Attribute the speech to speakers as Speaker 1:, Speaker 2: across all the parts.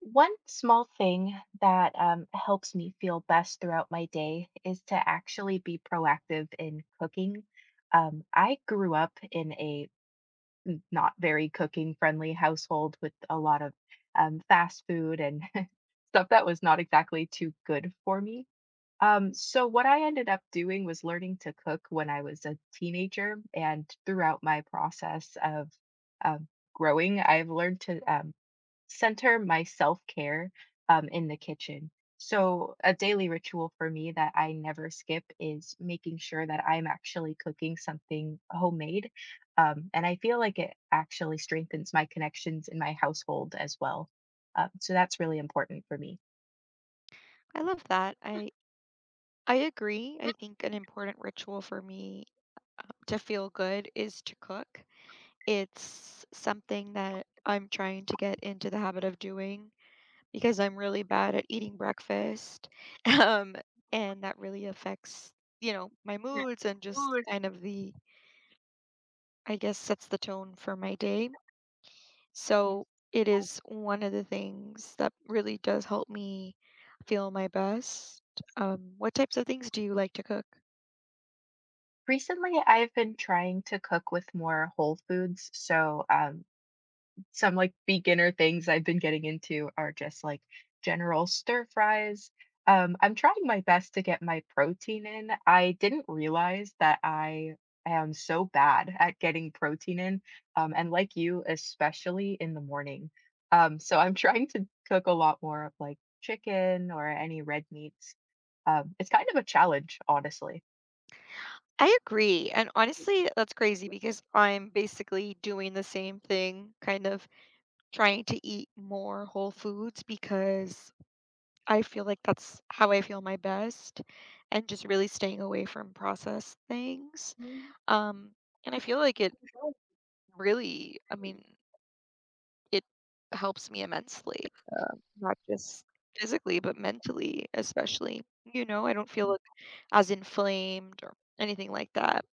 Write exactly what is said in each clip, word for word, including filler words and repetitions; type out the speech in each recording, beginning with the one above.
Speaker 1: One small thing that um, helps me feel best throughout my day is to actually be proactive in cooking. Um, I grew up in a n- not very cooking friendly household with a lot of um, fast food and stuff that was not exactly too good for me. Um, so, what I ended up doing was learning to cook when I was a teenager. And throughout my process of um, growing, I've learned to um, center my self-care um, in the kitchen. So a daily ritual for me that I never skip is making sure that I'm actually cooking something homemade. Um, and I feel like it actually strengthens my connections in my household as well. Um, so that's really important for me.
Speaker 2: I love that. I I agree. I think an important ritual for me uh, to feel good is to cook. It's something that I'm trying to get into the habit of doing because I'm really bad at eating breakfast. Um, and that really affects, you know, my
Speaker 1: Yeah,
Speaker 2: moods and just
Speaker 1: good.
Speaker 2: kind of the, I guess, sets the tone for my day.
Speaker 1: Yes.
Speaker 2: So it is one of the things that really does help me feel my best. Um, what types of things do you like to cook?
Speaker 1: Recently, I've been trying to cook with more whole foods. So, um, some like beginner things I've been getting into are just like general stir fries. Um, I'm trying my best to get my protein in. I didn't realize that I am so bad at getting protein in, um, and like you, especially in the morning. Um, so I'm trying to cook a lot more of like chicken or any red meats. Um, it's kind of a challenge, honestly.
Speaker 2: I agree, and honestly, that's crazy because I'm basically doing the same thing, kind of trying to eat more whole foods because I feel like that's how I feel my best and just really staying away from processed things.
Speaker 1: Mm.
Speaker 2: Um, and I feel like it really, I mean, it helps me immensely, not just physically, but mentally, especially. You know, I don't feel like, as inflamed or anything like that.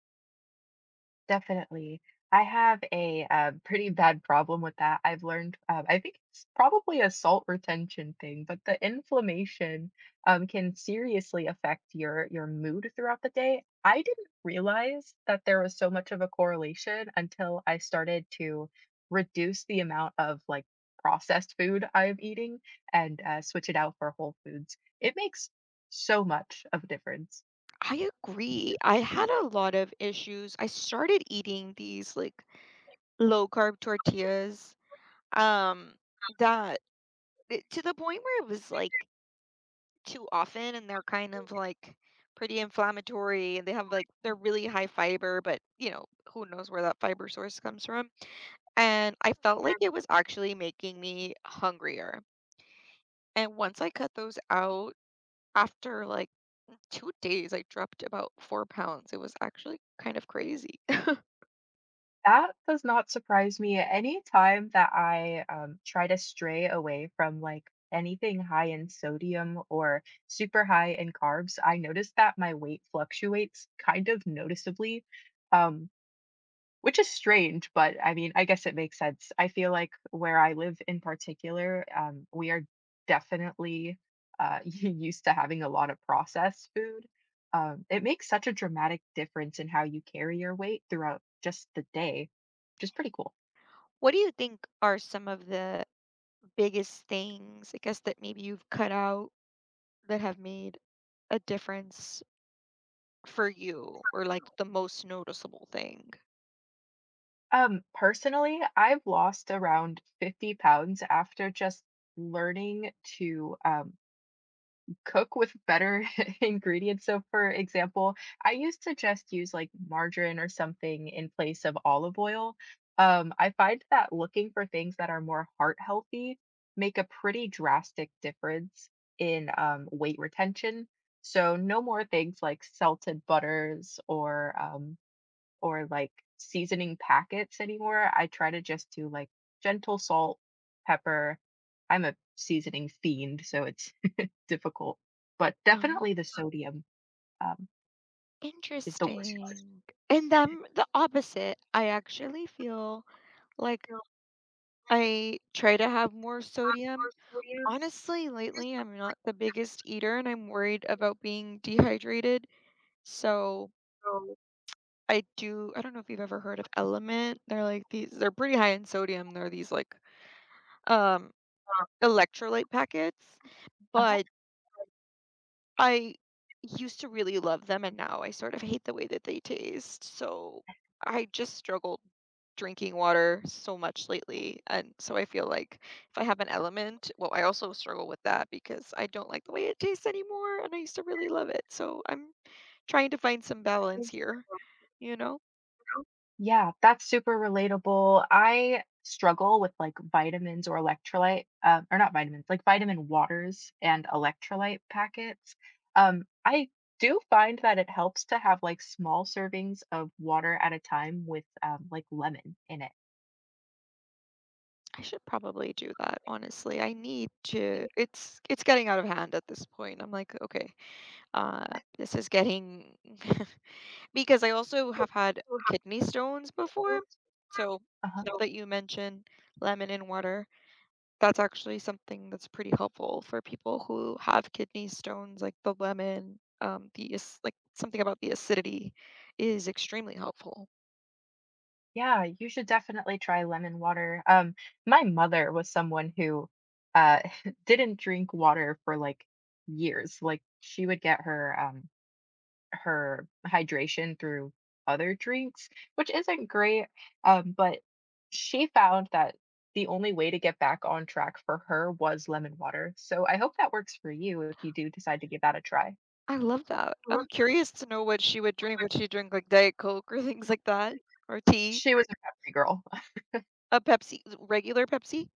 Speaker 1: Definitely. I have a uh, pretty bad problem with that. I've learned, um, I think it's probably a salt retention thing, but the inflammation um, can seriously affect your your mood throughout the day. I didn't realize that there was so much of a correlation until I started to reduce the amount of like processed food I'm eating and uh, switch it out for whole foods. It makes so much of a difference.
Speaker 2: I agree. I had a lot of issues. I started eating these like low carb tortillas um that it- to the point where it was like too often and they're kind of like pretty inflammatory and they have like they're really high fiber, but you know, who knows where that fiber source comes from. And I felt like it was actually making me hungrier. And once I cut those out after like two days, I dropped about four pounds. It was actually kind of crazy.
Speaker 1: That does not surprise me any time that I, um, try to stray away from, like, anything high in sodium or super high in carbs. I notice that my weight fluctuates kind of noticeably, um, which is strange, but I mean, I guess it makes sense. I feel like where I live in particular, um, we are definitely uh, used to having a lot of processed food. Um, it makes such a dramatic difference in how you carry your weight throughout just the day, which is pretty cool.
Speaker 2: What do you think are some of the biggest things, I guess, that maybe you've cut out that have made a difference for you or like the most noticeable thing?
Speaker 1: Um, personally, I've lost around fifty pounds after just learning to um, cook with better ingredients. So, for example, I used to just use like margarine or something in place of olive oil. Um, I find that looking for things that are more heart healthy make a pretty drastic difference in um, weight retention. So, no more things like salted butters or um, or like seasoning packets anymore. I try to just do like gentle salt, pepper. I'm a seasoning fiend, so it's difficult, but
Speaker 2: Um,
Speaker 1: definitely the sodium, um, is the worst part.
Speaker 2: interesting. And then the opposite. I actually feel like I try to have more sodium. Honestly, lately I'm not the biggest eater and I'm worried about being dehydrated. So
Speaker 1: No.
Speaker 2: I do I don't know if you've ever heard of Element. They're like these they're pretty high in sodium. They're these like um electrolyte packets,
Speaker 1: Uh-huh.
Speaker 2: but I used to really love them and now I sort of hate the way that they taste. So I just struggled drinking water so much lately and so I feel like if I have an element, well I also struggle with that because I don't like the way it tastes anymore and I used to really love it. So I'm trying to find some balance here, you know?
Speaker 1: Yeah, that's super relatable. I struggle with, like, vitamins or electrolyte, um, or not vitamins, like vitamin waters and electrolyte packets. Um, I do find that it helps to have, like, small servings of water at a time with, um, like, lemon in it.
Speaker 2: I should probably do that, honestly. I need to
Speaker 1: Mm.
Speaker 2: it's it's getting out of hand at this point. I'm like, okay, uh this is getting because I also have had kidney stones before. So now
Speaker 1: Uh-huh.
Speaker 2: that you mention lemon in water, that's actually something that's pretty helpful for people who have kidney stones, like the lemon, um the ac- like something about the acidity is extremely helpful.
Speaker 1: Yeah, you should definitely try lemon water. Um, my mother was someone who uh didn't drink water for like years. Like she would get her um her hydration through other drinks, which isn't great. Um, but she found that the only way to get back on track for her was lemon water. So I hope that works for you if you do decide to give that a try.
Speaker 2: I love that. I'm
Speaker 1: Lem-
Speaker 2: curious to know what she would drink. Would she drink like Diet Coke or things like that? Or tea?
Speaker 1: She was a Pepsi girl.
Speaker 2: A Pepsi, regular Pepsi?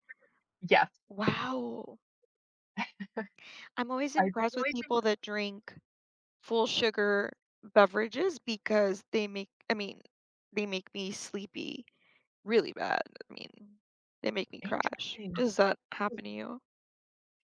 Speaker 1: Yes,
Speaker 2: Wow. I'm always
Speaker 1: I
Speaker 2: impressed with
Speaker 1: Poison
Speaker 2: people that drink full sugar beverages because they make, I mean, they make me sleepy really bad. I mean, they make me crash.
Speaker 1: interesting.
Speaker 2: Does that happen to you?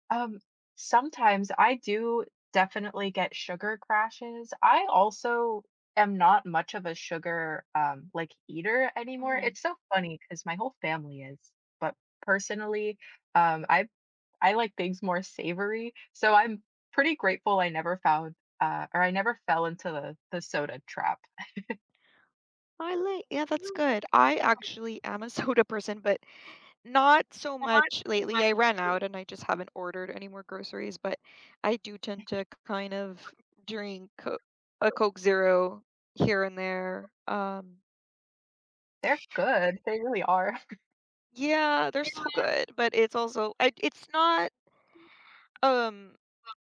Speaker 1: Um, sometimes I do definitely get sugar crashes. I also am not much of a sugar um like eater anymore.
Speaker 2: Mhm.
Speaker 1: It's so funny because my whole family is, but personally, um I I like things more savory. So I'm pretty grateful I never found uh or I never fell into the the soda trap.
Speaker 2: I like, yeah, that's good. I actually am a soda person, but not so much lately. I ran out and I just haven't ordered any more groceries, but I do tend to kind of drink co- a Coke Zero here and there. Um,
Speaker 1: They're good. They really are.
Speaker 2: yeah, they're so good, but it's also I, it's not um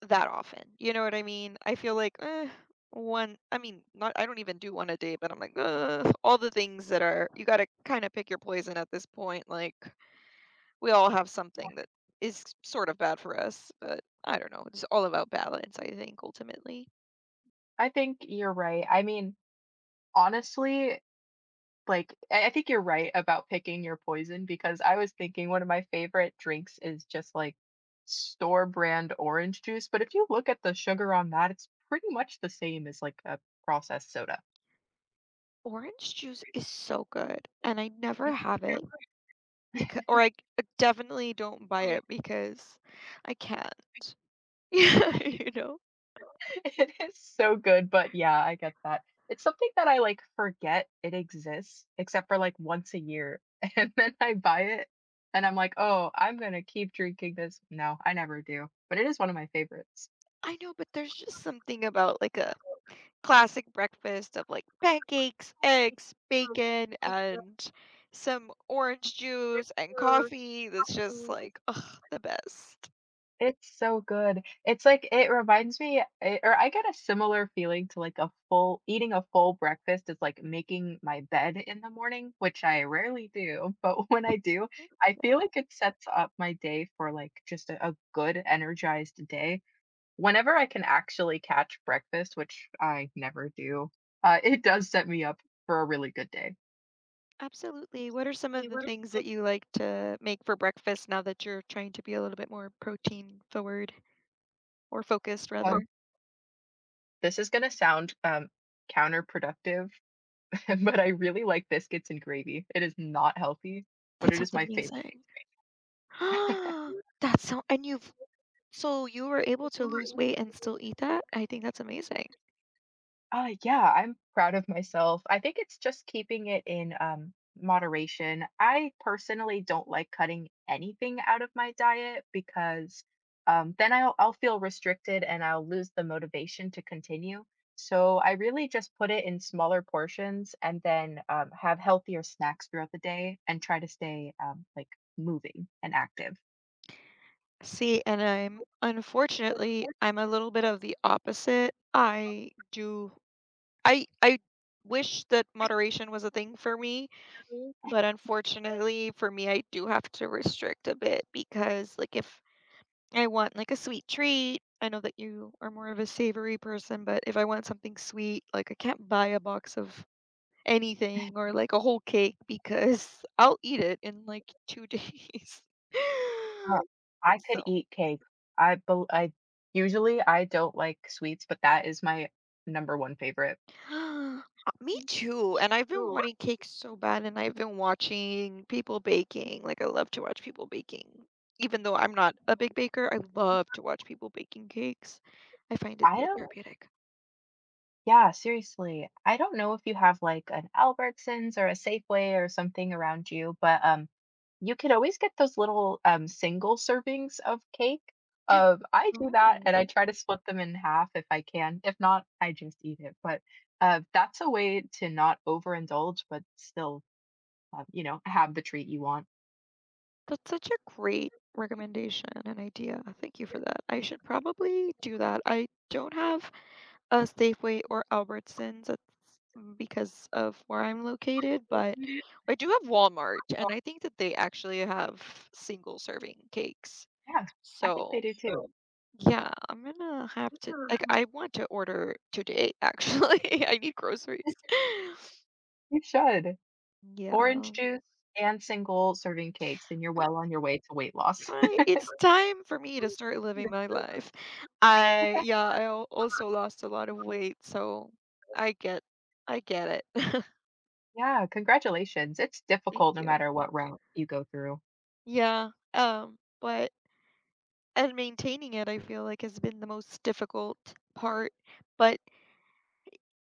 Speaker 2: that often. You know what I mean? I feel like eh, one. I mean, not. I don't even do one a day, but I'm like, ugh, all the things that are you got to kind of pick your poison at this point. Like we all have something that is sort of bad for us, but I don't know. It's all about balance, I think, ultimately.
Speaker 1: I think you're right. I mean, honestly, like, I I think you're right about picking your poison because I was thinking one of my favorite drinks is just like store brand orange juice, but if you look at the sugar on that, it's pretty much the same as like a processed soda.
Speaker 2: Orange juice is so good, and I never
Speaker 1: It is
Speaker 2: have it
Speaker 1: so
Speaker 2: because, or I c- definitely don't buy
Speaker 1: good.
Speaker 2: it because I can't. Yeah, you know.
Speaker 1: It is so good, but yeah, I get that. It's something that I like forget it exists, except for like once a year. And then I buy it and I'm like, oh, I'm gonna keep drinking this. No, I never do. But it is one of my favorites.
Speaker 2: I know, but there's just something about like a classic breakfast of like pancakes, eggs, bacon, and some orange juice and
Speaker 1: Christmas
Speaker 2: coffee that's just
Speaker 1: trees.
Speaker 2: like ugh, the best.
Speaker 1: It's so good. It's like it reminds me eh, or I get a similar feeling to like a full eating a full breakfast is like making my bed in the morning, which I rarely do, but when I do, I feel like it sets up my day for like just a, a good energized day. Whenever I can actually catch breakfast, which I never do, uh, it does set me up for a really good day.
Speaker 2: Absolutely. What are some of
Speaker 1: Okay,
Speaker 2: the
Speaker 1: what-
Speaker 2: things that you like to make for breakfast now that you're trying to be a little bit more protein forward or focused
Speaker 1: Um,
Speaker 2: rather?
Speaker 1: this is going to sound um, counterproductive but I really like biscuits and gravy. It is not healthy, but
Speaker 2: That
Speaker 1: it is
Speaker 2: sounds
Speaker 1: my favorite thing.
Speaker 2: amazing. That sound and you've so you were able
Speaker 1: To So
Speaker 2: to
Speaker 1: you
Speaker 2: lose
Speaker 1: were
Speaker 2: weight and still eat that? I think that's amazing.
Speaker 1: Uh, yeah, I'm proud of myself. I think it's just keeping it in um, moderation. I personally don't like cutting anything out of my diet because um, then I'll, I'll feel restricted and I'll lose the motivation to continue. So I really just put it in smaller portions and then um, have healthier snacks throughout the day and try to stay um, like moving and active.
Speaker 2: See, and I'm unfortunately I'm a little bit of the opposite. I do I I wish that moderation was a thing for me,
Speaker 1: Mhm.
Speaker 2: but unfortunately for me I do have to restrict a bit because like if I want like a sweet treat. I know that you are more of a savory person, but if I want something sweet, like I can't buy a box of anything or like a whole cake because I'll eat it in like two days.
Speaker 1: Uh, I could
Speaker 2: So,
Speaker 1: eat cake. I bel I usually, I don't like sweets, but that is my number one favorite.
Speaker 2: uh, me
Speaker 1: Mm,
Speaker 2: too.
Speaker 1: me
Speaker 2: And I've been
Speaker 1: too.
Speaker 2: wanting cakes so bad, and I've been watching people baking. Like, I love to watch people baking. Even though I'm not a big baker, I love to watch people baking cakes. I find it
Speaker 1: I
Speaker 2: so
Speaker 1: don't
Speaker 2: therapeutic.
Speaker 1: Yeah, seriously. I don't know if you have, like, an Albertsons or a Safeway or something around you, but, um, you could always get those little, um, single servings of cake. Uh, I do that, and
Speaker 2: Oh.
Speaker 1: I try to split them in half if I can. If not, I just eat it, but, uh, that's a way to not overindulge, but still um, you know, have the treat you want.
Speaker 2: That's such a great recommendation and idea. Thank you for that. I should probably do that. I don't have a Safeway or Albertsons that's because of where I'm located, but I do have Walmart, and I think that they actually have single serving cakes.
Speaker 1: Yeah, I think
Speaker 2: So,
Speaker 1: they do too. Sure.
Speaker 2: yeah, I'm gonna have to like I want to order today actually. I need groceries.
Speaker 1: You should. Orange
Speaker 2: Yeah.
Speaker 1: juice and single serving cakes, and you're well on your way to weight loss.
Speaker 2: Right, it's time for me to start living my life. I
Speaker 1: Yeah,
Speaker 2: yeah, I al- also lost a lot of weight, so I get I get it.
Speaker 1: yeah, congratulations. It's
Speaker 2: Thank
Speaker 1: difficult no
Speaker 2: you.
Speaker 1: matter what route you go through.
Speaker 2: Yeah. Um, but and maintaining it I feel like has been the most difficult part, but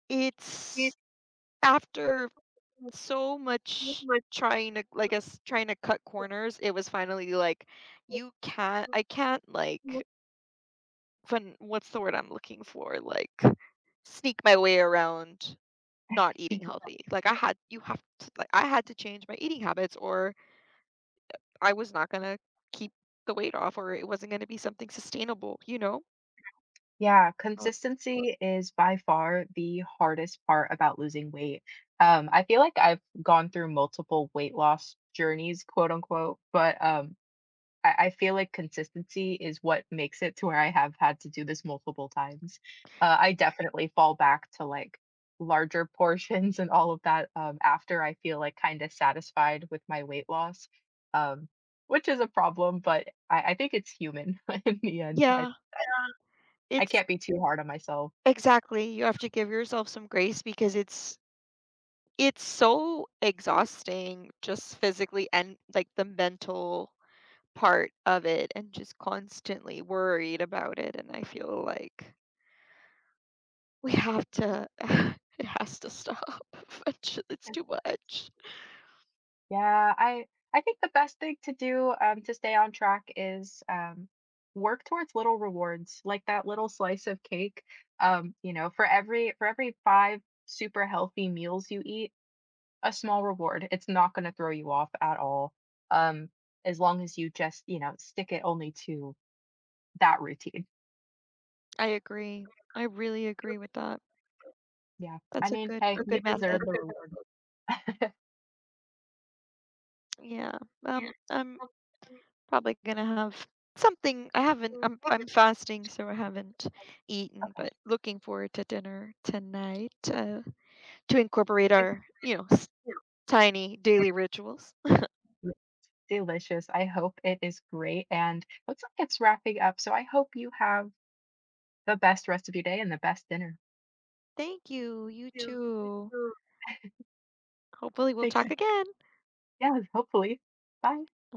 Speaker 2: it's
Speaker 1: It's
Speaker 2: after so
Speaker 1: so
Speaker 2: much
Speaker 1: much
Speaker 2: trying to like us trying to cut corners, it was finally like you can't I can't
Speaker 1: work.
Speaker 2: like fun what's the word I'm looking for? Like sneak my way around not eating healthy. Like I had you have to like I had to change my eating habits or I was not going to keep the weight off or it wasn't going to be something sustainable, you know?
Speaker 1: Yeah,
Speaker 2: I was
Speaker 1: consistency is by far the hardest part about losing weight. Um, I feel like I've gone through multiple weight loss journeys, quote unquote, but um, I, I feel like consistency is what makes it to where I have had to do this multiple times. Uh, I definitely fall back to like larger portions and all of that um, after I feel like kind of satisfied with my weight loss, um, which is a problem, but I, I think it's human in the end. I,
Speaker 2: Yeah,
Speaker 1: I
Speaker 2: it's
Speaker 1: can't be too hard on myself.
Speaker 2: exactly. You have to give yourself some grace because it's it's so exhausting just physically and like the mental part of it and just constantly worried about it and I feel like we have to it has to stop. Eventually, it's too much.
Speaker 1: Yeah, I I think the best thing to do um, to stay on track is um, work towards little rewards, like that little slice of cake. Um, you know, for every for every five super healthy meals you eat, a small reward. It's not going to throw you off at all. Um, as long as you just you know stick it only to that routine.
Speaker 2: I agree. I really agree with that.
Speaker 1: Yeah, I
Speaker 2: That's a
Speaker 1: mean,
Speaker 2: good
Speaker 1: hey,
Speaker 2: a good
Speaker 1: you
Speaker 2: method.
Speaker 1: deserve the reward.
Speaker 2: Yeah. Um, I'm probably gonna have something. I haven't. I'm I'm fasting, so I haven't eaten.
Speaker 1: Okay.
Speaker 2: But looking forward to dinner tonight uh, to incorporate our you know s- tiny daily rituals.
Speaker 1: Delicious. I hope it is great. And looks like it's wrapping up. So I hope you have the best rest of your day and the best dinner.
Speaker 2: Thank you. You
Speaker 1: You, too. you
Speaker 2: too.
Speaker 1: too.
Speaker 2: Hopefully, we'll
Speaker 1: Thanks.
Speaker 2: talk
Speaker 1: Yes.
Speaker 2: again.
Speaker 1: Hopefully. Bye.